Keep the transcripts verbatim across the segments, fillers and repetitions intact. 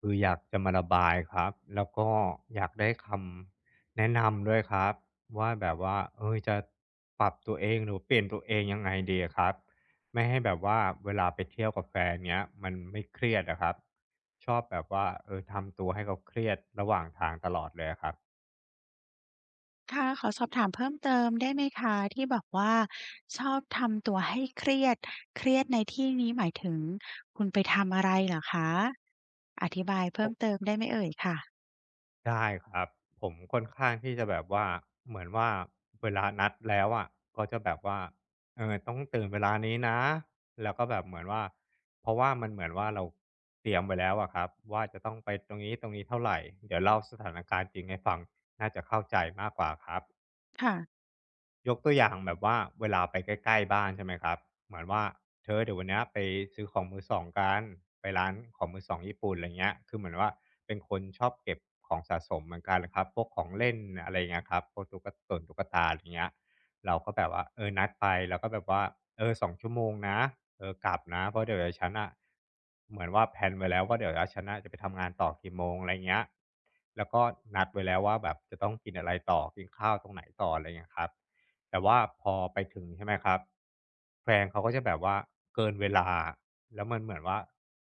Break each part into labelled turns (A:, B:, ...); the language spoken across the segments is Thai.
A: คืออยากจะมาระบายครับแล้วก็อยากได้คำแนะนำด้วยครับว่าแบบว่าเออจะปรับตัวเองหรือเปลี่ยนตัวเองยังไงดีอะครับไม่ให้แบบว่าเวลาไปเที่ยวกับแฟนเนี้ยมันไม่เครียดอะครับชอบแบบว่าเออทำตัวให้เขาเครียดระหว่างทางตลอดเลยอะครับ
B: ค่ะขอสอบถามเพิ่มเติมได้ไหมคะที่บอกว่าชอบทำตัวให้เครียดเครียดในที่นี้หมายถึงคุณไปทำอะไรเหรอคะค่ะ
A: ได้ครับผมค่อนข้างที่จะแบบว่าเหมือนว่าเวลานัดแล้วอะก็จะแบบว่าเออต้องตื่นเวลานี้นะแล้วก็แบบเหมือนว่าเพราะว่ามันเหมือนว่าเราเตรียมไว้แล้วอะครับว่าจะต้องไปตรงนี้ตรงนี้เท่าไหร่เดี๋ยวเล่าสถานการณ์จริงให้ฟังน่าจะเข้าใจมากกว่าครับ
B: ค่ะ
A: ยกตัวอย่างแบบว่าเวลาไปใกล้ๆบ้านใช่ไหมครับเหมือนว่าเธอเดี๋ยววันเนี้ยไปซื้อของมือสองกันไปร้านของมือสองญี่ปุ่นอะไรเงี้ยคือเหมือนว่าเป็นคนชอบเก็บของสะสมเหมือนกันครับพวกของเล่นอะไรเงี้ยครับพวกตุ๊กตงตุ๊กตาอะไรเงี้ย เราก็แบบว่าเออนัดไปแล้วก็แบบว่าเออสองชั่วโมงนะเออกลับนะเพราะเดี๋ยวเดีฉันอะเหมือนว่าแพลนไว้แล้วว่าเดี๋ยว้ฉันอะจะไปทำงานต่อกี่โมงอะไรเงี้ยแล้วก็นัดไว้แล้วว่าแบบจะต้องกินอะไรต่อกินข้าวตรงไหนต่ออะไรเงี้ยครับแต่ว่าพอไปถึงใช่ไหมครับแฟนเขาก็จะแบบว่าเกินเวลาแล้วมันเหมือนว่า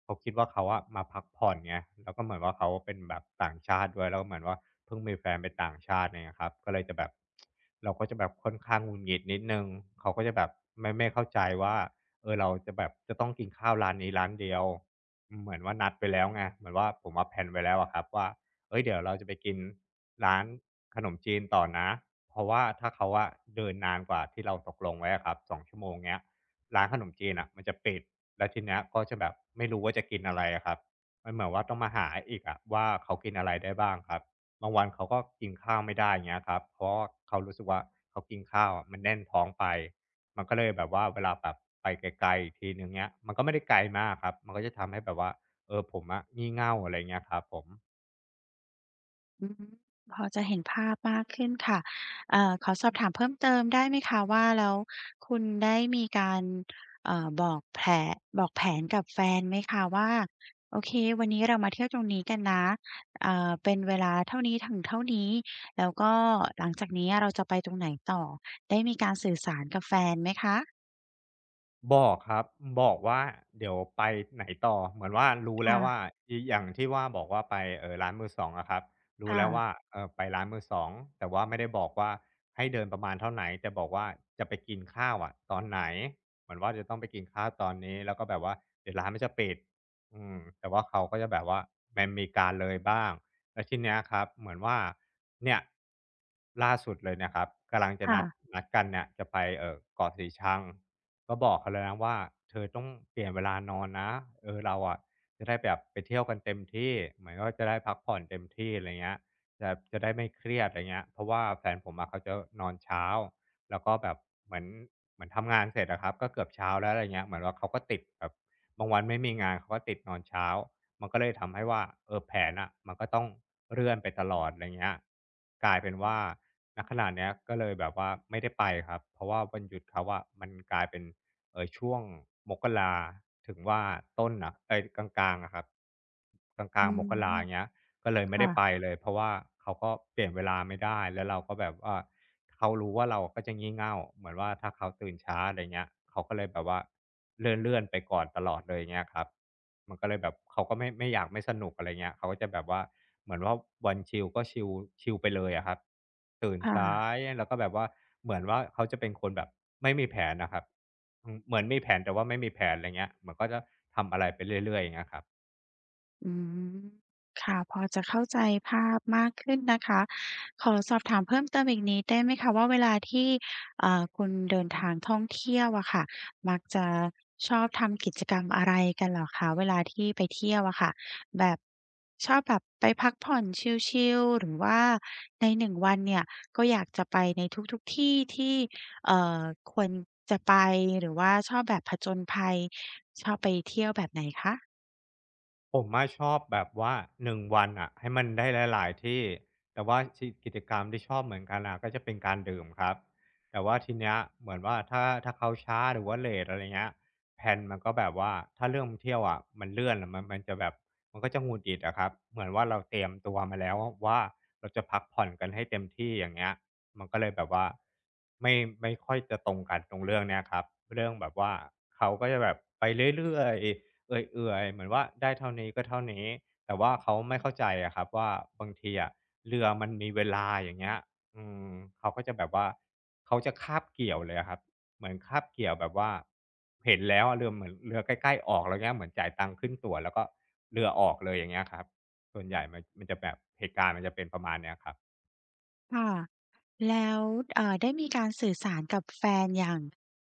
A: เขาคิดว่าเขาอะมาพักผ่อนไงแล้วก็เหมือนว่าเขาเป็นแบบต่างชาติด้วยแล้วก็เหมือนว่า เพิ่งมีแฟนเป็นต่างชาติเนี่ยครับก็เลยจะแบบเราก็จะแบบค่อนข้างหงุดหงิดนิดหนึ่งเขาก็จะแบบไม่ไม่เข้าใจว่าเออเราจะแบบจะต้องกินข้าวร้านนี้ร้านเดียวเหมือนว่านัดไปแล้วไงเหมือนว่าผมอะแพลนไว้แล้วอะครับว่าเฮ้ยเดี๋ยวเราจะไปกินร้านขนมจีนต่อนะเพราะว่าถ้าเขาอะเดินนานกว่าที่เราตกลงไว้อะครับสองชั่วโมงเงี้ยร้านขนมจีนน่ะมันจะปิดแล้วทีเนี้ยก็จะแบบไม่รู้ว่าจะกินอะไรอะครับมันเหมือนว่าต้องมาหาอีกอะว่าเขากินอะไรได้บ้างครับ บางวันเขาก็กินข้าวไม่ได้งเงี้ยครับเพราะว่าเขารู้สึกว่าเขากินข้าวอะมันแน่นท้องไปมันก็เลยแบบว่าเวลาแบบไปไกลๆอีกทีหนึ่งเงี้ยมันก็ไม่ได้ไกลมากครับมันก็จะทำให้แบบว่าเออผมอะงี่เง่าอะไรเงี้ยครับผม
B: อืมพอจะเห็นภาพมากขึ้นค่ะเอ่อขอสอบถามเพิ่มเติมได้ไหมคะว่าแล้วคุณได้มีการเอ่อบอกแผนบอกแผนกับแฟนไหมคะว่าโอเควันนี้เรามาเที่ยวตรงนี้กันนะเอ่อเป็นเวลาเท่านี้ถึงเท่านี้แล้วก็หลังจากนี้เราจะไปตรงไหนต่อได้มีการสื่อ
A: บอกครับบอกว่าเดี๋ยวไปไหนต่อเหมือนว่ารู้แล้วว่า
B: ค่ะ
A: อีอย่างที่ว่าบอกว่าไปเอ่อร้านมือสองอะครับรู้แล้วว่า
B: ค่ะ
A: เอ่อไปร้านมือสองแต่ว่าไม่ได้บอกว่าให้เดินประมาณเท่าไหนแต่บอกว่าจะไปกินข้าวอะตอนไหนเหมือนว่าจะต้องไปกินข้าวตอนนี้แล้วก็แบบว่าเดี๋ยวร้านมันจะปิดอืมแต่ว่าเขาก็จะแบบว่ามันมีการเลยบ้างแล้วทีเนี้ยครับเหมือนว่าเนี่ยล่าสุดเลยนะครับกำลังจะ
B: ค่ะ
A: นัดนัดกันเนี่ยจะไปเอ่อเกาะสีชัง ก็บอกเขาแล้วนะว่าเธอต้องเปลี่ยนเวลานอนนะเออเราอะจะได้แบบไปเที่ยวกันเต็มที่เหมือนว่าจะได้พักผ่อนเต็มที่อะไรเงี้ยจะจะได้ไม่เครียดอะไรเงี้ยเพราะว่าแฟนผมอะเขาจะนอนเช้าแล้วก็แบบเหมือนเหมือนทำงานเสร็จอะครับก็เกือบเช้าแล้วอะไรเงี้ยเหมือนว่าเขาก็ติดแบบบางวันไม่มีงานเขาก็ติดนอนเช้ามันก็เลยทำให้ว่าเออแผนอ่ะมันก็ต้องเลื่อนไปตลอดอะไรเงี้ยกลายเป็นว่าณขณะเนี้ยก็เลยแบบว่าไม่ได้ไปครับเพราะว่าวันหยุดเขาอะมันกลายเป็น เออช่วงมกราถึงว่าต้นอะเอ๊ยกลางๆอะครับกลา
B: อื
A: งๆมก
B: ม
A: ราาเงี้ย ก็เลยไม่ได้ไป
B: ค่ะ
A: เลยเพราะว่าเขาก็เปลี่ยนเวลาไม่ได้แล้วเราก็แบบว่าเขารู้ว่าเราก็จะงี่เง่าเหมือนว่าถ้าเขาตื่นช้าอะไรเงี้ยเขาก็เลยแบบว่าเลื่อนๆไปก่อนตลอดเลยเงี้ยครับมันก็เลยแบบเขาก็ไม่ไม่อยากไม่สนุกอะไรเงี้ยเขาก็จะแบบว่าเหมือนว่าวันชิลก็ชิลชิลไปเลยอะครับตื่นสา
B: ค่ะ
A: ยแล้วก็แบบว่าเหมือนว่าเขาจะเป็นคนแบบไม่มีแผนน่ะครับอืมเหมือนมีแผนแต่ว่าไม่มีแผนอะไรเงี้ยเหมือนก็จะทำอะไรไปเรื่อยๆอย่างเงี้ยครับ
B: อืมค่ะพอจะเข้าใจภาพมากขึ้นนะคะขอสอบถามเพิ่มเติมอีกนิดได้ไหมคะว่าเวลาที่เอ่อคุณเดินทางท่องเที่ยวอะค่ะมักจะชอบทำกิจกรรมอะไรกันเหรอคะเวลาที่ไปเที่ยวอะค่ะแบบชอบแบบไปพักผ่อนชิลๆหรือว่าในหนงวันเนี่ยก็อยากจะไปในทุกๆที่ที่เอ่อควรจะไปหรือว่าชอบแบบผจญภัยชอบไปเที่ยวแบบไหนคะ
A: ผมอะชอบแบบว่าหนึ่งวันอะให้มันได้หลายๆที่แต่ว่าชิกิจกรรมที่ชอบเหมือนกันน่ะก็จะเป็นการดื่มครับแต่ว่าทีเนี้ยเหมือนว่าถ้าถ้าเขาช้าหรือว่าเลตอะไรเงี้ยแพลนมันก็แบบว่าถ้าเรื่องเที่ยวอะมันเลื่อนมันมันจะแบบมันก็จะหงุดหงิดอะครับเหมือนว่าเราเตรียมตัวมาแล้วว่าเราจะพักผ่อนกันให้เต็มที่อย่างเงี้ยมันก็เลยแบบว่าไม่ไม่ค่อยจะตรงกันตรงเรื่องเนี้ยครับเรื่องแบบว่าเขาก็จะแบบไปเรื่อย เอื่อยๆเหมือนว่าได้เท่านี้ก็เท่านี้แต่ว่าเขาไม่เข้าใจอะครับว่าบางทีอะเรือมันมีเวลาอย่างเงี้ยอืมเขาก็จะแบบว่าเขาจะคาบเกี่ยวเลยอะครับเหมือนคาบเกี่ยวแบบว่าเห็นแล้วอะเรือเหมือนเรือใกล้ๆออกแล้วเงี้ยเหมือนจ่ายตังค์ขึ้นตั๋วแล้วก็เรือออกเลยอย่างเงี้ยครับส่วนใหญ่มันมันจะแบบเหตุการณ์มันจะเป็นประมาณเนี้ยครับ
B: ค่ะแล้วเอ่อได้มีการสื่อสารกับแฟนอย่าง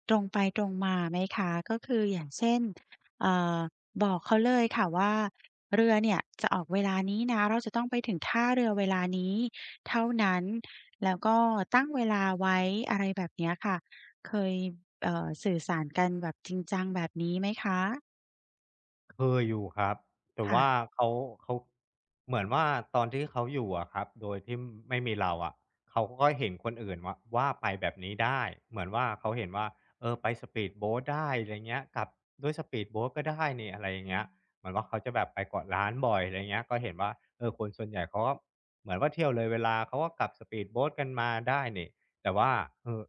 B: ตรงไปตรงมาไหมคะก็คืออย่างเช่นเอ่อบอกเขาเลยค่ะว่าเรือเนี่ยจะออกเวลานี้นะเราจะต้องไปถึงท่าเรือเวลานี้เท่านั้นแล้วก็ตั้งเวลาไว้อะไรแบบเนี้ยค่ะเคยเอ่อสื่อสารกันแบบจริงจังแบบนี้ไหมคะ
A: เคยอยู่ครับแต่ว่า
B: ค่ะ
A: เขาเขาเหมือนว่าตอนที่เขาอยู่อะครับโดยที่ไม่มีเราอะเขาก็เห็นคนอื่นว่าว่าไปแบบนี้ได้เหมือนว่าเขาเห็นว่าเออไปสปีดโบ๊ตได้อะไรเงี้ยกลับด้วยสปีดโบ๊ตก็ได้นี่อะไรอย่างเงี้ยเหมือนว่าเขาจะแบบไปเกาะล้านบ่อยอะไรเงี้ยก็เห็นว่าเออคนส่วนใหญ่เขาก็เหมือนว่าเที่ยวเลยเวลาเขาก็กลับสปีดโบ๊ตกันมาได้นี่แต่ว่าเออ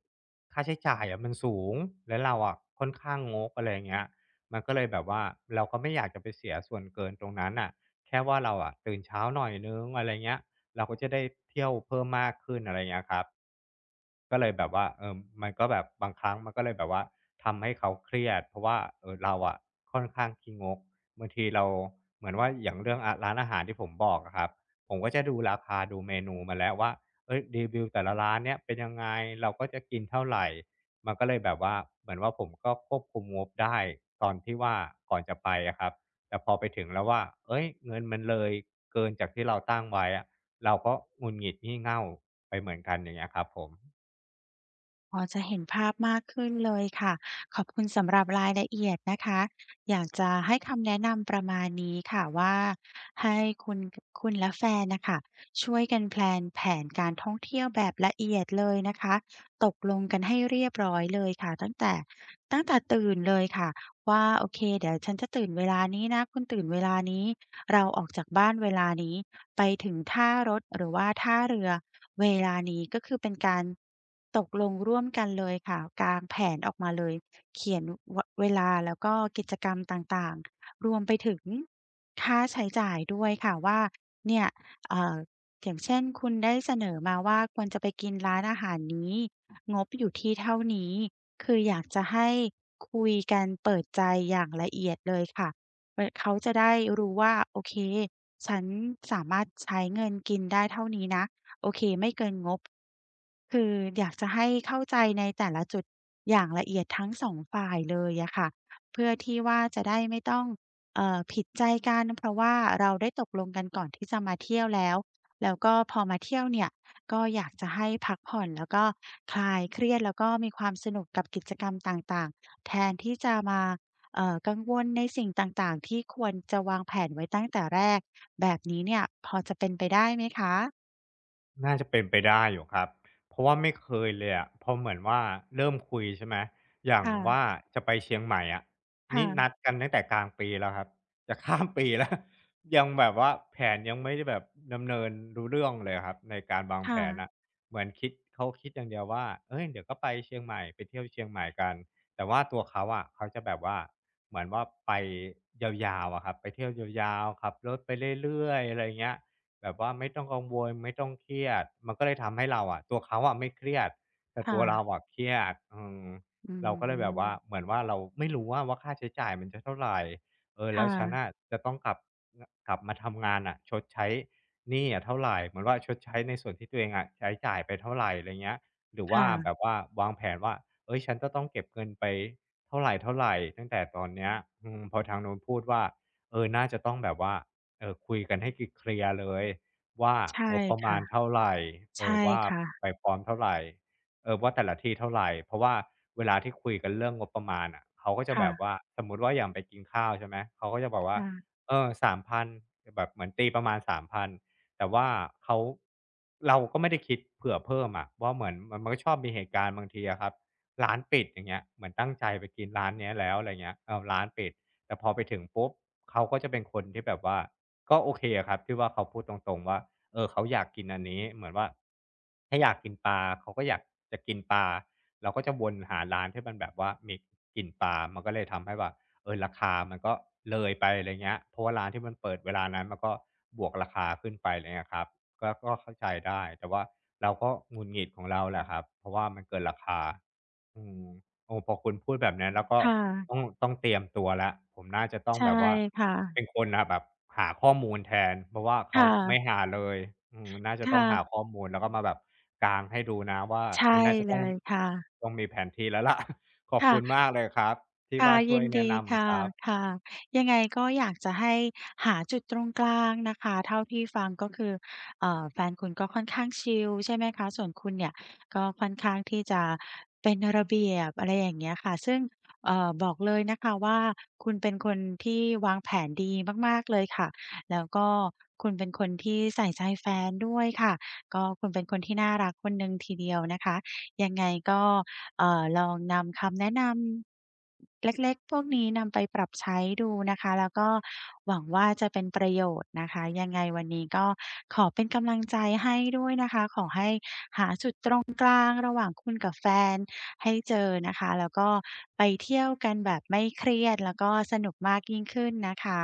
A: ค่าใช้จ่ายอะมันสูงแล้วเราอะค่อนข้างงกอะไรอย่างเงี้ย มันก็เลยแบบว่าเราก็ไม่อยากจะไปเสียส่วนเกินตรงนั้นอ่ะแค่ว่าเราอะตื่นเช้าหน่อยนึงอะไรเงี้ยเราก็จะได้เที่ยวเพิ่มมากขึ้นอะไรเงี้ยครับ ก็เลยแบบว่าเออมันก็แบบบางครั้งมันก็เลยแบบว่าทำให้เขาเครียดเพราะว่าเออเราอะค่อนข้างขี้งกบางทีเราเหมือนว่าอย่างเรื่องอาร้านอาหารที่ผมบอกอะครับผมก็จะดูราคาดูเมนูมาแล้วว่าเฮ้ยรีวิวแต่ละร้านเนี่ยเป็นยังไงเราก็จะกินเท่าไรมันก็เลยแบบว่าเหมือนว่าผมก็ควบคุมงบได้ตอนที่ว่าก่อนจะไปอะครับแต่พอไปถึงแล้วว่าเฮ้ยเงินมันเลยเกินจากที่เราตั้งไว้อะเราก็หงุดหงิดงี่เง่าไปเหมือนกันอย่างเงี้ยครับผม
B: พอจะเห็นภาพมากขึ้นเลยค่ะขอบคุณสำหรับรายละเอียดนะคะอยากจะให้คำแนะนำประมาณนี้ค่ะว่าให้คุณคุณและแฟนน่ะค่ะช่วยกันแพลนแผนการท่องเที่ยวแบบละเอียดเลยนะคะตกลงกันให้เรียบร้อยเลยค่ะตั้งแต่ตั้งแต่ตื่นเลยค่ะว่าโอเคเดี๋ยวฉันจะตื่นเวลานี้นะคุณตื่นเวลานี้เราออกจากบ้านเวลานี้ไปถึงท่ารถหรือว่าท่าเรือ เวลานี้ก็คือเป็นการตกลงร่วมกันเลยค่ะกางแผนออกมาเลยเขียนวเวลาแล้วก็กิจกรรมต่างๆรวมไปถึงค่าใช้จ่ายด้วยค่ะว่าเนี่ยเอ่ออย่างเช่นคุณได้เสนอมาว่าควรจะไปกินร้านอาหารนี้งบอยู่ที่เท่านี้คืออยากจะให้คุยกันเปิดใจอย่างละเอียดเลยค่ะเวเขาจะได้รู้ว่าโอเคฉันสามารถใช้เงินกินได้เท่านี้นะ โอเคไม่เกินงบคืออยากจะให้เข้าใจในแต่ละจุดอย่างละเอียดทั้งสองฝ่ายเลยอะค่ะเพื่อที่ว่าจะได้ไม่ต้องเอ่อผิดใจกันเพราะว่าเราได้ตกลงกันก่อนที่จะมาเที่ยวแล้วแล้วก็พอมาเที่ยวเนี่ยก็อยากจะให้พักผ่อนแล้วก็คลายเครียดแล้วก็มีความสนุกกับกิจกรรมต่างๆแทนที่จะมาเอ่อกังวลในสิ่งต่างๆที่ควรจะวางแผนไว้ตั้งแต่แรกแบบนี้เนี่ยพอจะเป็นไปได้ไหมคะ
A: น่าจะเป็นไปได้อยู่ครับเพราะว่าไม่เคยเลยอะเพราะเหมือนว่าเริ่มคุยใช่ไหมอย่าง
B: ค่ะ
A: ว่าจะไปเชียงใหม่อะนี่นั
B: ค่ะ
A: ดกันตั้งแต่กลางปีแล้วครับจะข้ามปีแล้ว ยังแบบว่าแผนยังไม่ได้แบบดำเนินรู้เรื่องเลยอะครับในการวางแผ
B: ค่ะ
A: นน่ะเหมือนคิดเขาคิดอย่างเดียวว่าเฮ้ยเดี๋ยวก็ไปเชียงใหม่ไปเที่ยวเชียงใหม่กันแต่ว่าตัวเขาอะเขาจะแบบว่าเหมือนว่าไปยาวๆอะครับไปเที่ยวยาวๆขับรถไปเรื่อยๆอะไรอย่างเงี้ย แบบว่าไม่ต้องกังวลไม่ต้องเครียดมันก็เลยทำให้เราอะตัวเขาอะไม่เครียดแต่ตัวเรา
B: ค่ะ
A: อะเครียดอืม
B: อื
A: เราก็เลยแบบว่าเห
B: ม
A: มือนว่าเราไม่รู้อะว่าค่าใช้จ่ายมันจะเท่าไรเออ
B: ค
A: แล้วฉันน่ะ
B: ่ะ
A: จะต้องกลับงกลับมาทำงานน่ะชดใช้หนี้อะเท่าไรเหมือนว่าชดใช้ในส่วนที่ตัวเองอะใช้จ่ายไปเท่าไรไรเงี้ยหรือว่าแบบ
B: ค่ะ
A: ว่าวางแผนว่าเฮ้ยฉันจะต้องเก็บเงินไปเท่าไรๆตั้งแต่ตอนเนี้ยอืมพอทางนู้นพูดว่าเออน่าจะต้องแบบว่า เออคุยกันให้เคลียร์ๆเลยว่า
B: ใช่
A: งบประมาณ
B: ค่ะ
A: เท่าไรเออ
B: ใช่
A: ว่า
B: ค่ะ
A: ไปพร้อมเท่าไรเออว่าแต่ละที่เท่าไรเพราะว่าเวลาที่คุยกันเรื่องงบประมาณอะเขาก็จะแบ
B: ค่ะ
A: บว่าสมมุติว่าอย่างไปกินข้าวใช่ไหมเขาก็จะบอกว่า
B: ค่ะ
A: เออสามพันแบบเหมือนตีประมาณสามพันแต่ว่าเขาเราก็ไม่ได้คิดเผื่อเพิ่มอะว่าเหมือนมันมันก็ชอบมีเหตุการณ์บางทีอะครับร้านปิดอย่างเงี้ยเหมือนตั้งใจไปกินร้านเนี้ยแล้วอะไรเงี้ยอ้าวร้านปิดแต่พอไปถึงปุ๊บเขาก็จะเป็นคนที่แบบว่า ก็โอเคอะครับที่ว่าเขาพูดตรงๆว่าเออเขาอยากกินอันนี้เหมือนว่าถ้าอยากกินปลาเขาก็อยากจะกินปลาเราก็จะวนหาร้านที่มันแบบว่ามีกลิ่นปลามันก็เลยทำให้แบบเออราคามันก็เลยไปอะไรเงี้ยเพราะว่าร้านที่มันเปิดเวลานั้นมันก็บวกราคาขึ้นไปอะไรเลยครับก็ก็เข้าใจได้แต่ว่าเราก็หงุดหงิดของเราแหละครับเพราะว่ามันเกินราคาอืม โอ้พอคุณพูดแบบนี้นแล้วก็
B: ค
A: ต้อ
B: ่ะ
A: งต้องเตรียมตัวแล้วผมน่าจะต้อง
B: ใช่
A: แบบว่า
B: ค
A: เป็น
B: ่ะ
A: คนน่ะแบบหาข้อมูลแทนเพราะว่า
B: ค
A: เขาไม่
B: ่ะ
A: หาเลยอืมน่าจะ
B: ค
A: ต้องหาข้
B: ่ะ
A: อมูลแล้วก็มาแบบกางให้ดูนะว่า
B: ใช่
A: อุ๊ยน่าจะ
B: เล
A: ต้อง
B: ยค่ะ
A: ต้องมีแผนที่แล้วล่ะ ขอบคุณ
B: ค่ะ
A: มากเลยครับที่
B: ค่ะ
A: ว่าช่ว
B: ยิ
A: ย
B: น
A: แนะ
B: ดี
A: นำ
B: ค่ะ
A: ครับ
B: ค่ะยังไงก็อยากจะให้หาจุดตรงกลางนะคะเท่าที่ฟังก็คือเอ่อแฟนคุณก็ค่อนข้างชิลใช่ไหมคะส่วนคุณเนี่ยก็ค่อนข้างที่จะเป็นระเบียบอะไรอย่างเงี้ยค่ะซึ่งเอ่อบอกเลยนะคะว่าคุณเป็นคนที่วางแผนดีมากๆเลยค่ะแล้วก็คุณเป็นคนที่ใส่ใจแฟนด้วยค่ะก็คุณเป็นคนที่น่ารักคนหนึ่งทีเดียวนะคะยังไงก็ เอ่อลองนำคำแนะนำเล็กๆพวกนี้นำไปปรับใช้ดูนะคะแล้วก็หวังว่าจะเป็นประโยชน์นะคะยังไงวันนี้ก็ขอเป็นกำลังใจให้ด้วยนะคะขอให้หาจุดตรงกลางระหว่างคุณกับแฟนให้เจอนะคะแล้วก็ไปเที่ยวกันแบบไม่เครียดแล้วก็สนุกมากยิ่งขึ้นนะคะ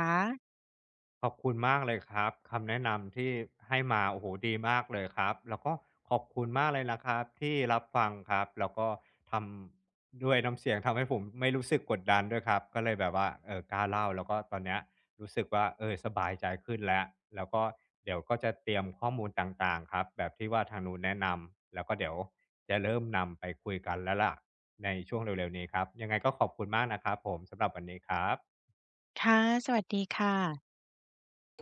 A: ขอบคุณมากเลยครับคำแนะนำที่ให้มาโอ้โหดีมากเลยครับแล้วก็ขอบคุณมากเลยนะครับที่รับฟังครับแล้วก็ทำด้วยน้ำเสียงทำให้ผมไม่รู้สึกกดดันด้วยครับก็เลยแบบว่าเอ่อกล้าเล่าแล้วก็ตอนเนี้ยรู้สึกว่าเออสบายใจขึ้นแล้วแล้วก็เดี๋ยวก็จะเตรียมข้อมูลต่างๆครับแบบที่ว่าทางนู้นแนะนำแล้วก็เดี๋ยวจะเริ่มนำไปคุยกันแล้วล่ะในช่วงเร็วๆนี้ครับยังไงก็ขอบคุณมากนะครับผมสำหรับวันนี้ครับ
B: ค่ะสวัสดีค่ะ